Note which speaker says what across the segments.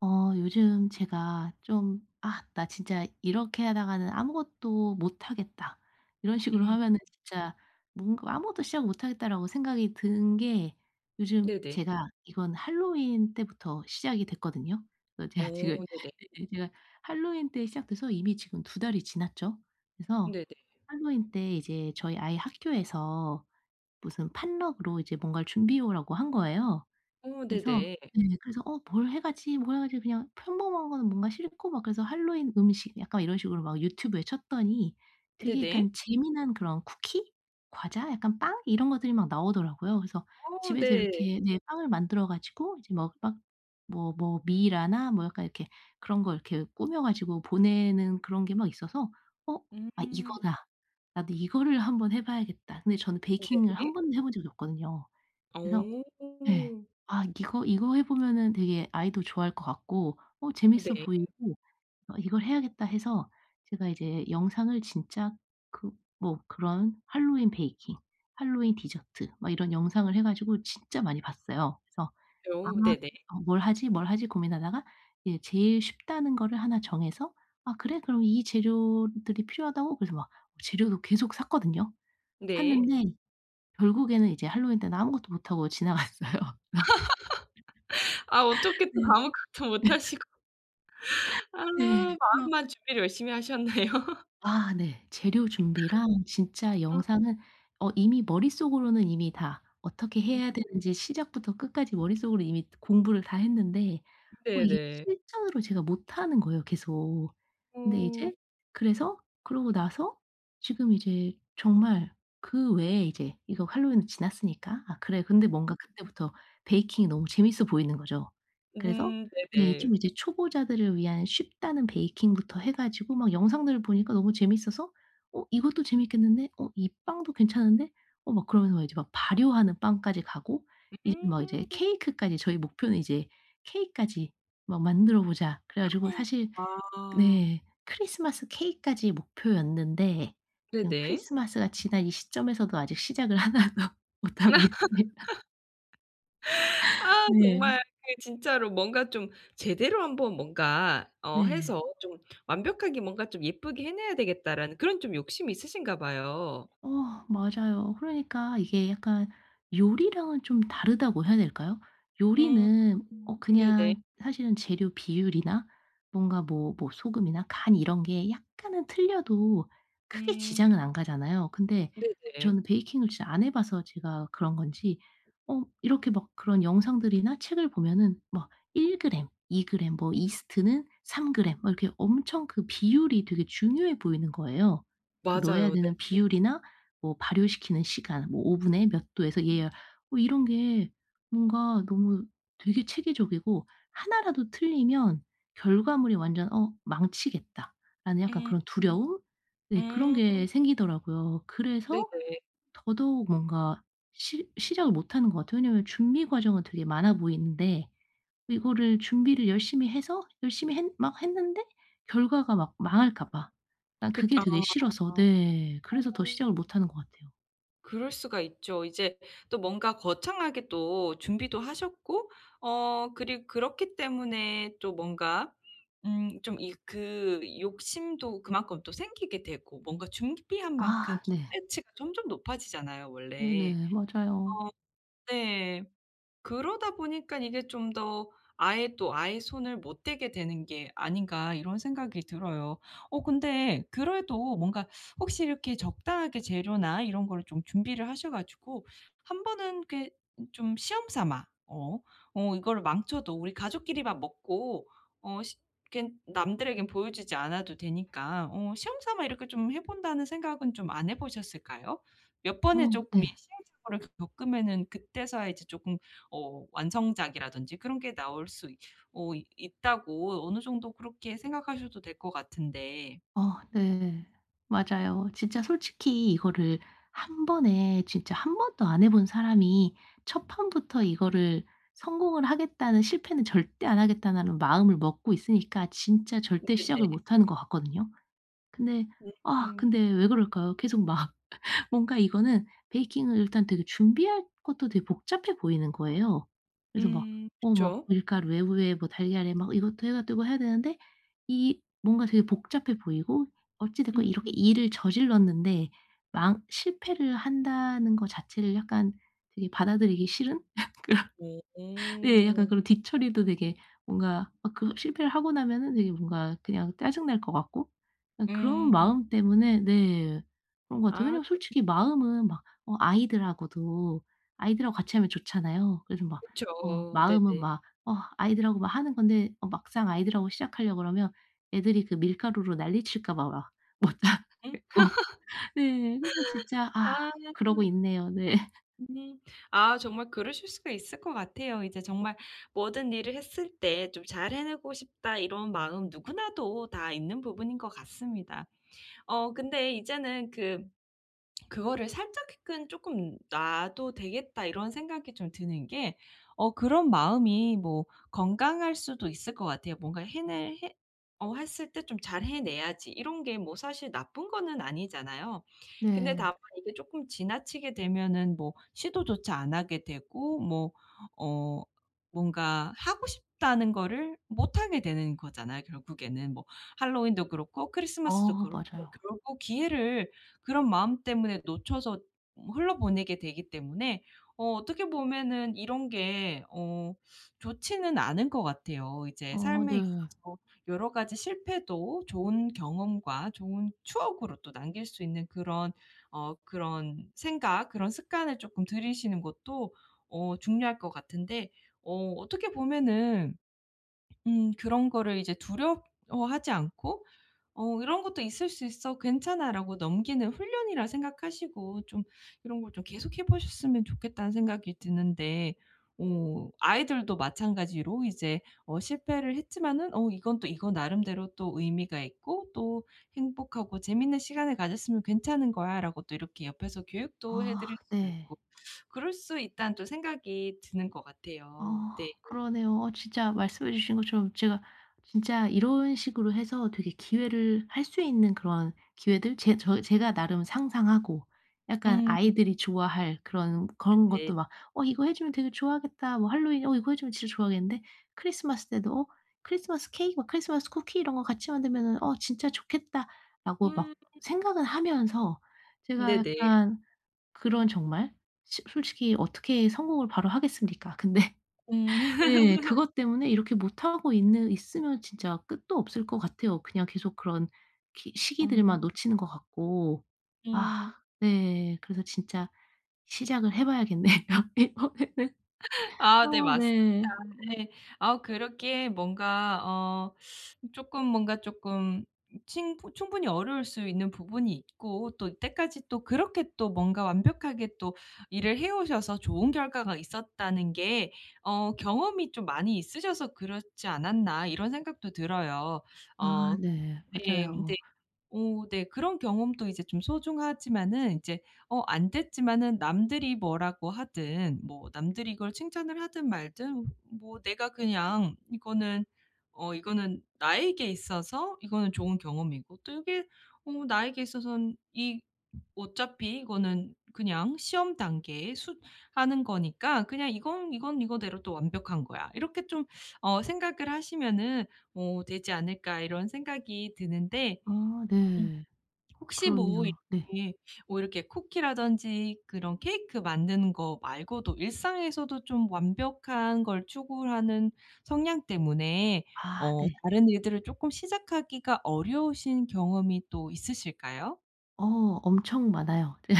Speaker 1: 어 요즘 제가 좀 '아 나 진짜 이렇게 하다가는 아무것도 못 하겠다.' 이런 식으로
Speaker 2: 음.
Speaker 1: 하면은 진짜 뭔가 '아무것도 시작 못 하겠다.'라고 생각이 든 게 요즘
Speaker 2: 네네.
Speaker 1: 제가 이건 할로윈 때부터 시작이 됐거든요. 그래서
Speaker 2: 어,
Speaker 1: 제가 지금
Speaker 2: 네네.
Speaker 1: 제가 할로윈 때 시작돼서 이미 지금 두 달이 지났죠. 그래서
Speaker 2: 네네.
Speaker 1: 할로윈 때 이제 저희 아이 학교에서 무슨 판럭으로 이제 뭔가를 준비해 오라고 한 거예요.
Speaker 2: 어,
Speaker 1: 그래서
Speaker 2: 네네.
Speaker 1: 네 그래서 '어 뭘 해 가지, 뭘 해 가지.' 그냥 평범한 거는 뭔가 싫고 막 그래서 할로윈 음식 약간 이런 식으로 막 유튜브에 쳤더니 되게
Speaker 2: 네네.
Speaker 1: 약간 재미난 그런 쿠키? 과자? 약간 빵? 이런 것들이 막 나오더라고요. 그래서
Speaker 2: 어,
Speaker 1: 집에서
Speaker 2: 네.
Speaker 1: 이렇게 네 빵을 만들어 가지고 이제 뭐막뭐뭐 미라나 뭐 약간 이렇게 그런 거 이렇게 꾸며 가지고 보내는 그런 게 막 있어서 '어 아
Speaker 2: 음.
Speaker 1: 이거다. 나도 이거를 한번 해 봐야겠다.' 근데 저는 베이킹을
Speaker 2: 네네.
Speaker 1: 한 번도 해본 적이 없거든요. 그래서
Speaker 2: 어,
Speaker 1: 예. 아 이거 해 보면은 되게 아이도 좋아할 것 같고 어 재밌어
Speaker 2: 네.
Speaker 1: 보이고 '어 이걸 해야겠다.' 해서 제가 이제 영상을 진짜 그 뭐 그런 할로윈 베이킹, 할로윈 디저트 막 이런 영상을 해 가지고 진짜 많이 봤어요. 그래서 '아
Speaker 2: 어, 네네.
Speaker 1: 어 뭘 하지, 뭘 하지.' 고민하다가 예 제일 쉽다는 거를 하나 정해서 '아 그래? 그럼 이 재료들이 필요하다고.' 그래서 막 재료도 계속 샀거든요.
Speaker 2: 네.
Speaker 1: 샀는데 결국에는 이제 할로윈 때는 아무것도 못 하고 지나갔어요. 그래서
Speaker 2: 아, 어떻게 또
Speaker 1: 네.
Speaker 2: 아무것도 못 하시고. 아,
Speaker 1: 네. 그래서
Speaker 2: 마음만 준비를 열심히 하셨네요.
Speaker 1: 아 네. 재료 준비랑 진짜
Speaker 2: 아. 음.
Speaker 1: 영상은 어 이미 머릿속으로는 이미 다 어떻게 해야 되는지 시작부터 끝까지 머릿속으로 이미 공부를 다 했는데 어 이게
Speaker 2: 네네.
Speaker 1: 실전으로 제가 못하는 거예요 계속. 근데 이제
Speaker 2: 어.
Speaker 1: 그래서 그러고 나서 지금 이제 정말 그 외에 이제 이거 할로윈은 지났으니까 '아 그래.' 근데 뭔가 그때부터 베이킹이 너무 재밌어 보이는 거죠. 그래서
Speaker 2: 음.
Speaker 1: 네.
Speaker 2: 네네.
Speaker 1: 좀 이제 초보자들을 위한 쉽다는 베이킹부터 해 가지고 막 영상들을 보니까 너무 재밌어서 '어 이것도 재밌겠는데? 어 이 빵도 괜찮은데?' 어 막 그러면서 막 이제 막 발효하는 빵까지 가고 이제 막 이제
Speaker 2: 음.
Speaker 1: 케이크까지 저희 목표는 이제 '케이크까지 막 만들어 보자.' 그래 가지고 사실
Speaker 2: 와.
Speaker 1: 네. 크리스마스 케이크까지 목표였는데 지금
Speaker 2: 네네.
Speaker 1: 크리스마스가 지난 이 시점에서도 아직 시작을 하나도 못 하고 있습니다.
Speaker 2: 아, 정말.
Speaker 1: 네.
Speaker 2: 그 진짜로 뭔가 좀 제대로 한번 뭔가
Speaker 1: 네.
Speaker 2: 해서 좀 '완벽하게 뭔가 좀 예쁘게 해내야 되겠다.'라는 그런 좀 욕심이 있으신가 봐요.
Speaker 1: 어 맞아요. 그러니까 이게 약간 요리랑은 좀 다르다고 해야 될까요?
Speaker 2: 음.
Speaker 1: 요리는 어
Speaker 2: 네네.
Speaker 1: 그냥 사실은 재료 비율이나 뭔가 뭐 소금이나 간 이런 게 약간은 틀려도 크게
Speaker 2: 음.
Speaker 1: 지장은 안 가잖아요. 근데
Speaker 2: 네네.
Speaker 1: 저는 베이킹을 진짜 안 해 봐서 제가 그런 건지 어 이렇게 막 그런 영상들이나 책을 보면은 막 1그램 그램, 2그램 그램, 뭐
Speaker 2: 음.
Speaker 1: 이스트는 3그램 그램 막 이렇게 엄청 그 비율이 되게 중요해 보이는 거예요. 그 넣어야
Speaker 2: 맞아요.
Speaker 1: 되는
Speaker 2: 네.
Speaker 1: 비율이나 뭐 발효시키는 시간 뭐 오븐에 몇 도에서
Speaker 2: 음.
Speaker 1: 예열 뭐 이런 게 뭔가 너무 되게 체계적이고 하나라도 틀리면 결과물이 완전 '어 망치겠다.'라는 약간
Speaker 2: 음.
Speaker 1: 그런 두려움? 네 그런
Speaker 2: 음.
Speaker 1: 게 생기더라고요. 그래서
Speaker 2: 네네.
Speaker 1: 더더욱 뭔가 시 시작을 못 하는 것 같아요. 왜냐하면 준비 과정은 되게 많아 보이는데 이거를 준비를 열심히 해서 열심히 했 막 했는데 결과가 막 망할까 봐. 난
Speaker 2: 그.
Speaker 1: 그게
Speaker 2: 아.
Speaker 1: 되게 싫어서 네 그래서 더 시작을 못 하는 것 같아요.
Speaker 2: 그럴 수가 있죠. 이제 또 뭔가 거창하게 또 준비도 하셨고 그리고 그렇기 때문에 또 뭔가 좀 이 그 욕심도 그만큼 또 생기게 되고 뭔가 준비한 만큼
Speaker 1: 아 네.
Speaker 2: 기대치가 점점 높아지잖아요 원래.
Speaker 1: 네네. 맞아요.
Speaker 2: 어, 네. 그러다 보니까 이게 좀 더 아예 또 아예 손을 못 대게 되는 게 아닌가 이런 생각이 들어요. 근데 그래도 뭔가 혹시 이렇게 적당하게 재료나 이런 거를 좀 준비를 하셔 가지고 한 번은 이렇게 좀 시험 삼아 이거를 망쳐도 우리 가족끼리만 먹고 어 시 이렇게 남들에겐 보여주지 않아도 되니까 시험 삼아 이렇게 좀 해 본다는 생각은 좀 안 해 보셨을까요? 몇 번의
Speaker 1: 어
Speaker 2: 쪼끔 이
Speaker 1: 네.
Speaker 2: 시행착오를 겪으면은 그때서야 이제 쪼끔 완성작이라든지 그런 게 나올 수 있 있다고 어느 정도 그렇게 생각하셔도 될 것 같은데.
Speaker 1: 어 네. 맞아요. 진짜 솔직히 이거를 한 번에 진짜 한 번도 안 해본 사람이 첫 판부터 이거를 성공을 하겠다는 '실패는 절대 안 하겠다.'라는 마음을 먹고 있으니까 진짜 절대 시작을
Speaker 2: 네네.
Speaker 1: 못 하는 것 같거든요. 근데 아
Speaker 2: 음.
Speaker 1: 근데 왜 그럴까요? 계속 막 뭔가 이거는 베이킹을 일단 되게 준비할 것도 되게 복잡해 보이는 거예요. 그래서 막
Speaker 2: 음.
Speaker 1: 어 막
Speaker 2: 그쵸.
Speaker 1: 밀가루 외부에 뭐 달걀에 막 이것도 해 가지고 해야 되는데 이 뭔가 되게 복잡해 보이고 어찌 됐건
Speaker 2: 음.
Speaker 1: 이렇게 일을 저질렀는데 망 실패를 한다는 거 자체를 약간 되게 받아들이기 싫은?
Speaker 2: 오.
Speaker 1: 네. 약간 그런 뒤처리도 되게 뭔가 막 그 실패를 하고 나면은 되게 뭔가 그냥 짜증 날 것 같고 그냥 그런
Speaker 2: 음.
Speaker 1: 마음 때문에 네 그런 것 같아요.
Speaker 2: 아,
Speaker 1: 왜냐면
Speaker 2: 네.
Speaker 1: 솔직히 마음은 막 어 아이들하고도 아이들하고 같이 하면 좋잖아요. 그래서 막
Speaker 2: 그쵸.
Speaker 1: 어 마음은
Speaker 2: 네네.
Speaker 1: 막 어 아이들하고 막 하는 건데 어 막상 아이들하고 시작하려 그러면 애들이 그 밀가루로 난리 칠까 봐 막 못
Speaker 2: 음.
Speaker 1: 하겠고 네. 그래서 진짜 아
Speaker 2: 아.
Speaker 1: 그러고 있네요. 네.
Speaker 2: 음. 아, 정말 그러실 수가 있을 것 같아요. 이제 정말 모든 일을 했을 때 '좀 잘 해내고 싶다.' 이런 마음 누구나도 다 있는 부분인 것 같습니다. 근데 이제는 그거를 살짝은 조금 놔도 되겠다 이런 생각이 좀 드는 게 그런 마음이 뭐 건강할 수도 있을 것 같아요. 뭔가 해낼 해 어 했을 때 '좀 잘 해내야지.' 이런 게 뭐 사실 나쁜 거는 아니잖아요. 근데
Speaker 1: 네.
Speaker 2: 다만 이게 조금 지나치게 되면은 뭐 시도조차 안 하게 되고 뭐 어 뭔가 하고 싶다는 거를 못 하게 되는 거잖아요 결국에는. 뭐 할로윈도 그렇고 크리스마스도
Speaker 1: 어
Speaker 2: 그렇고
Speaker 1: 맞아요.
Speaker 2: 결국 기회를 그런 마음 때문에 놓쳐서 흘러보내게 되기 때문에 어떻게 보면은 이런 게 좋지는 않은 것 같아요. 이제
Speaker 1: 어
Speaker 2: 삶에
Speaker 1: 네.
Speaker 2: 있어서 여러 가지 실패도 좋은 경험과 좋은 추억으로 또 남길 수 있는 그런 그런 생각, 그런 습관을 조금 들이시는 것도 중요할 것 같은데 어떻게 보면은 그런 거를 이제 두려워하지 않고 "이런 것도 있을 수 있어. 괜찮아."라고 넘기는 훈련이라 생각하시고 좀 이런 걸 좀 계속해 보셨으면 좋겠다는 생각이 드는데 아이들도 마찬가지로 이제 실패를 했지만은 이건 또 이거 나름대로 또 의미가 있고 또 "행복하고 재밌는 시간을 가졌으면 괜찮은 거야."라고 또 이렇게 옆에서 교육도 해 드릴
Speaker 1: 아
Speaker 2: 수도
Speaker 1: 네.
Speaker 2: 있고 그럴 수 있다는 또 생각이 드는 것 같아요. 네.
Speaker 1: 아 그러네요. 어 진짜 말씀해 주신 것처럼 제가 진짜 이런 식으로 해서 되게 기회를 할 수 있는 그런 기회들 제 저 제가 나름 상상하고 약간
Speaker 2: 음.
Speaker 1: 아이들이 좋아할 그런
Speaker 2: 네.
Speaker 1: 것도 막 '어 이거 해 주면 되게 좋아하겠다.' 뭐 할로윈 '어 이거 해 주면 진짜 좋아하겠는데.' 크리스마스 때도 '어 크리스마스 케이크 막 크리스마스 쿠키 이런 거 같이 만들면은 어 진짜 좋겠다.'라고 막
Speaker 2: 음.
Speaker 1: 생각은 하면서 제가
Speaker 2: 네네.
Speaker 1: 약간 그런 정말 시 솔직히 어떻게 성공을 바로 하겠습니까? 근데
Speaker 2: 음.
Speaker 1: 예 그것 때문에 이렇게 못하고 있는 있으면 진짜 끝도 없을 것 같아요. 그냥 계속 그런 기 시기들만
Speaker 2: 어.
Speaker 1: 놓치는 것 같고. 아
Speaker 2: 음.
Speaker 1: 네. 그래서 진짜 시작을 해 봐야겠네요 이번에는.
Speaker 2: 아, 네,
Speaker 1: 아
Speaker 2: 맞습니다.
Speaker 1: 네.
Speaker 2: 네. 아, 그렇게 뭔가 쪼끔 뭔가 쪼끔 칭부 충분히 어려울 수 있는 부분이 있고 또 이때까지 또 그렇게 또 뭔가 완벽하게 또 일을 해 오셔서 좋은 결과가 있었다는 게 '경험이 좀 많이 있으셔서 그렇지 않았나.' 이런 생각도 들어요.
Speaker 1: 아
Speaker 2: 어,
Speaker 1: 네.
Speaker 2: 네. 네.
Speaker 1: 맞아요.
Speaker 2: 오, 네. 그런 경험도 이제 좀 소중하지만은 이제 안 됐지만은 남들이 뭐라고 하든 뭐 남들이 이걸 칭찬을 하든 말든 뭐 내가 그냥 이거는 이거는 나에게 있어서 이거는 좋은 경험이고 또 이게 나에게 있어서는 이 어차피 이거는 그냥 시험 단계에 수 하는 거니까 그냥 이건 이거대로 또 완벽한 거야. 이렇게 좀 생각을 하시면은 되지 않을까 이런 생각이 드는데
Speaker 1: 아 네.
Speaker 2: 혹시 뭐
Speaker 1: 그러네요. 네.
Speaker 2: 이렇게 뭐 이렇게 쿠키라든지 그런 케이크 만드는 거 말고도 일상에서도 좀 완벽한 걸 추구하는 성향 때문에
Speaker 1: 아 네.
Speaker 2: 다른 일들을 쪼끔 시작하기가 어려우신 경험이 또 있으실까요?
Speaker 1: 어 엄청 많아요. 네.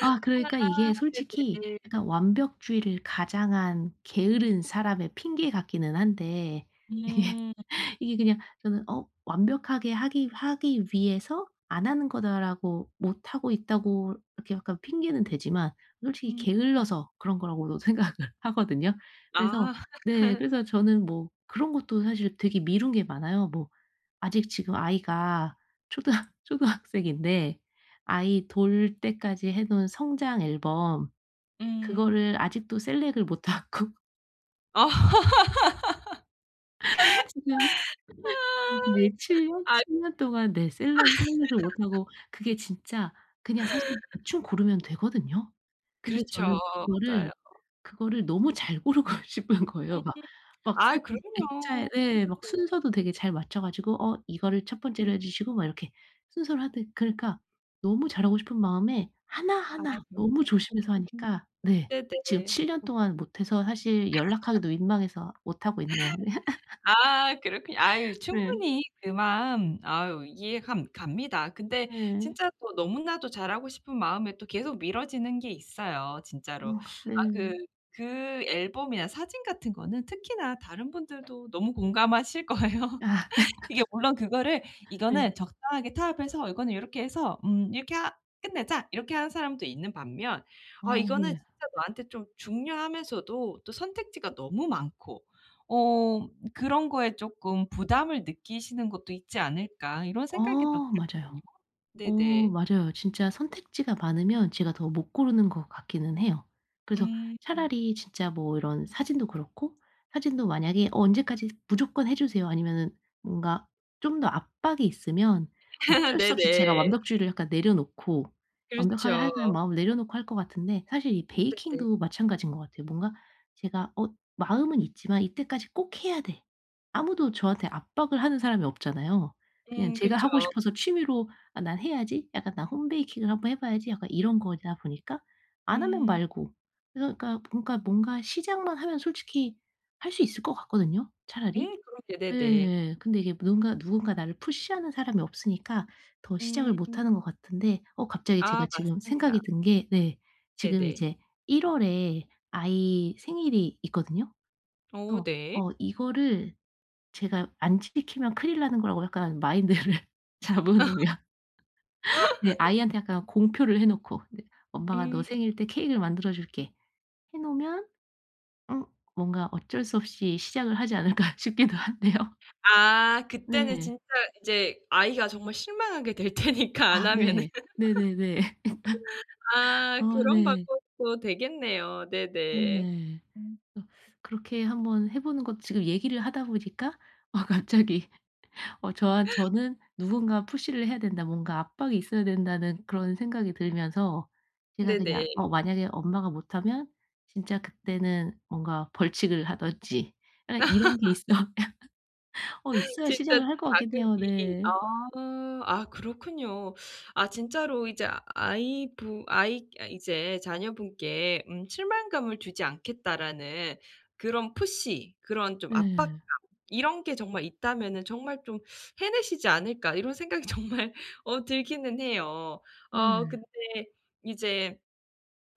Speaker 1: 아 그러니까
Speaker 2: 아,
Speaker 1: 이게 솔직히
Speaker 2: 네네.
Speaker 1: 약간 완벽주의를 가장한 게으른 사람의 핑계 같기는 한데 이게
Speaker 2: 음.
Speaker 1: 이게 그냥 저는 '어 완벽하게 하기 위해서 안 하는 거다.'라고 '못 하고 있다.'고 이렇게 약간 핑계는 되지만 솔직히
Speaker 2: 음음음.
Speaker 1: 게을러서 그런 거라고도 생각을 하거든요. 그래서
Speaker 2: 아.
Speaker 1: 네 그래서 저는 뭐 그런 것도 사실 되게 미룬 게 많아요. 뭐 아직 지금 아이가 초등 초등학생인데 아이 돌 때까지 해 놓은 성장 앨범
Speaker 2: 음.
Speaker 1: 그거를 아직도 셀렉을 못 하고
Speaker 2: 아.
Speaker 1: 지금 네 7년 년?
Speaker 2: 아,
Speaker 1: 7년 동안 네 셀러 셀렉을 못 하고 그게 진짜 그냥 사실 대충 고르면 되거든요. 근데
Speaker 2: 그렇죠.
Speaker 1: 저는 그거를
Speaker 2: 맞아요.
Speaker 1: 너무 잘 고르고 싶은 거예요. 막
Speaker 2: 음. 아,
Speaker 1: 사진 액자에
Speaker 2: 그럼요.
Speaker 1: 네 막 순서도 되게 잘 맞춰 가지고 어 이거를 첫 번째로 해 주시고 막 이렇게 순서를 하듯 그러니까 너무 잘하고 싶은 마음에
Speaker 2: 아,
Speaker 1: 하나하나
Speaker 2: 그럼요.
Speaker 1: 너무 조심해서
Speaker 2: 음.
Speaker 1: 하니까 네 지금
Speaker 2: 네네.
Speaker 1: 7년 동안 못 해서 사실 연락하기도 민망해서 못 하고 있네요. 네.
Speaker 2: 아, 그렇군요. 아유,
Speaker 1: 네.
Speaker 2: 충분히 그 마음 아유 이해 감 갑니다. 근데
Speaker 1: 네.
Speaker 2: 진짜 또 너무나도 잘하고 싶은 마음에 또 계속 미뤄지는 게 있어요 진짜로.
Speaker 1: 어 네.
Speaker 2: 아, 그 앨범이나 사진 같은 거는 특히나 다른 분들도 너무 공감하실 거예요.
Speaker 1: 아
Speaker 2: 이게 물론 그거를
Speaker 1: 네.
Speaker 2: "이거는 적당하게 타협해서 이거는 요렇게 해서 이렇게 하 끝내자." 이렇게 하는 사람도 있는 반면 아,
Speaker 1: 어
Speaker 2: 이거는
Speaker 1: 네.
Speaker 2: 진짜 나한테 좀 중요하면서도 또 선택지가 너무 많고 어 그런 거에 쪼끔 부담을 느끼시는 것도 있지 않을까 이런
Speaker 1: 어
Speaker 2: 생각이 또 들거든요.
Speaker 1: 맞아요. 어
Speaker 2: 네네.
Speaker 1: 맞아요. 진짜 선택지가 많으면 제가 더 못 고르는 것 같기는 해요. 그래서
Speaker 2: 음.
Speaker 1: 차라리 진짜 뭐 이런 사진도 그렇고 사진도 만약에 "어 언제까지 무조건 해 주세요." 아니면은 뭔가 좀 더 압박이 있으면 어쩔 수 없이
Speaker 2: 네네.
Speaker 1: 제가 완벽주의를 약간 내려놓고 완벽하게
Speaker 2: 그렇죠.
Speaker 1: 하겠다는 마음을 내려놓고 할 것 같은데 사실 이
Speaker 2: 네네.
Speaker 1: 베이킹도 마찬가지인 것 같아요. 뭔가 제가 어 마음은 있지만 '이때까지 꼭 해야 돼.' 아무도 저한테 압박을 하는 사람이 없잖아요. 그냥
Speaker 2: 음.
Speaker 1: 제가
Speaker 2: 그쵸.
Speaker 1: 하고 싶어서 취미로 '아 난 해야지.' 약간 '나 홈베이킹을 한번 해 봐야지.' 약간 이런 거다 보니까 안 하면
Speaker 2: 음.
Speaker 1: 말고 그래서 그러니까 뭔가 시작만 하면 솔직히 할 수 있을 것 같거든요 차라리.
Speaker 2: 음. 그러게,
Speaker 1: 예. 예,
Speaker 2: 네네.
Speaker 1: 예. 근데 이게 누군가 나를 푸시하는 사람이 없으니까 더 시작을 못
Speaker 2: 음.
Speaker 1: 하는 것 같은데 어 갑자기 제가
Speaker 2: 아,
Speaker 1: 지금
Speaker 2: 맞습니다.
Speaker 1: 생각이 든 게 네 지금
Speaker 2: 네네.
Speaker 1: 이제 1월 월에 아이 생일이 있거든요.
Speaker 2: 어,
Speaker 1: 그래서
Speaker 2: 네.
Speaker 1: 어 이거를 제가 안 지키면 큰일 나는 거라고 약간 마인드를 잡아 놓으면 네. 아이한테 약간 공표를 해 놓고 네 "엄마가
Speaker 2: 음.
Speaker 1: 너 생일 때 케이크를 만들어 줄게." 해 놓으면 음 뭔가 어쩔 수 없이 시작을 하지 않을까 싶기도 한데요.
Speaker 2: 아, 그때는
Speaker 1: 네.
Speaker 2: 진짜 이제 아이가 정말 실망하게 될 테니까 안
Speaker 1: 아
Speaker 2: 하면은.
Speaker 1: 네. 네네네.
Speaker 2: 아,
Speaker 1: 아
Speaker 2: 그런
Speaker 1: 네.
Speaker 2: 방법도 되겠네요. 네네.
Speaker 1: 네.
Speaker 2: 음.
Speaker 1: 어 그렇게 한번 해 보는 것도 지금 얘기를 하다 보니까 아 갑자기 어 저한 저는 '누군가 푸시를 해야 된다. 뭔가 압박이 있어야 된다.'는 그런 생각이 들면서 제가
Speaker 2: 네네.
Speaker 1: 그냥 어 만약에 엄마가 못하면 진짜 그때는 뭔가 벌칙을 하든지 약간 이런 게 있어 어 있어야
Speaker 2: 진짜
Speaker 1: 시작을 할 것 같겠네요
Speaker 2: 자극이.
Speaker 1: 네.
Speaker 2: 아. 아, 그렇군요. 아, 진짜로 이제 아이부 아이 아 이제 자녀분께 '실망감을 주지 않겠다.'라는 그런 푸시, 그런 좀 압박감,
Speaker 1: 네.
Speaker 2: 이런 게 정말 있다면은 정말 좀 '해내시지 않을까.' 이런 생각이 정말 들기는 해요.
Speaker 1: 네.
Speaker 2: 근데 이제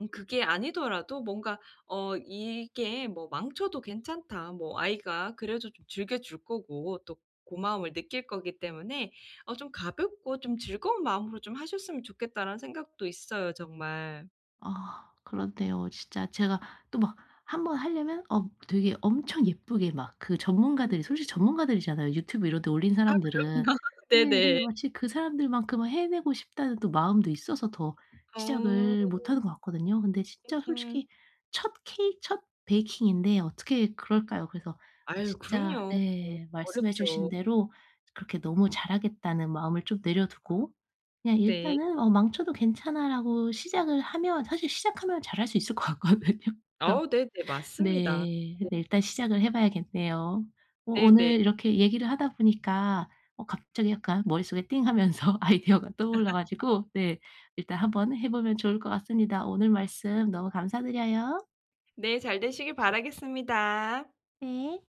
Speaker 2: 그게 아니더라도 뭔가 이게 뭐 '망쳐도 괜찮다.' 뭐 아이가 그래도 좀 즐겨 줄 거고 또 고마움을 느낄 거기 때문에 좀 가볍고 좀 즐거운 마음으로 좀 하셨으면 좋겠다라는 생각도 있어요 정말.
Speaker 1: 아 그런데요 진짜 제가 또 막 한번 하려면 어 되게 엄청 예쁘게 막 그
Speaker 2: 음.
Speaker 1: 전문가들이 솔직히 전문가들이잖아요. 유튜브 이런 데 올린
Speaker 2: 아, 그럼요.
Speaker 1: 사람들은. 네.
Speaker 2: 네네.
Speaker 1: 근데 마치 그 사람들만큼은 해내고 싶다는 또 마음도 있어서 더
Speaker 2: 어.
Speaker 1: 시작을 못하는 것 같거든요. 근데 진짜
Speaker 2: 음.
Speaker 1: 솔직히 첫 케이크 첫 베이킹인데 어떻게 그럴까요? 그래서 어
Speaker 2: 아유,
Speaker 1: 진짜
Speaker 2: 그럼요.
Speaker 1: 네 말씀해
Speaker 2: 어렵죠.
Speaker 1: 주신 대로 그렇게 너무 잘하겠다는 마음을 좀 내려두고 그냥
Speaker 2: 네.
Speaker 1: 일단은 어 '망쳐도 괜찮아.'라고 시작을 하면 사실 시작하면 잘할 수 있을 것 같거든요. 그래서
Speaker 2: 아우, 네네. 맞습니다.
Speaker 1: 네. 근데 일단 시작을 해 봐야겠네요. 어
Speaker 2: 네네.
Speaker 1: 오늘 이렇게 얘기를 하다 보니까 어 갑자기 약간 머릿속에 띵 하면서 아이디어가 떠올라 가지고 네 일단 한번 해 보면 좋을 것 같습니다. 오늘 말씀 너무 감사드려요.
Speaker 2: 네. 잘 되시길 바라겠습니다.
Speaker 1: 네.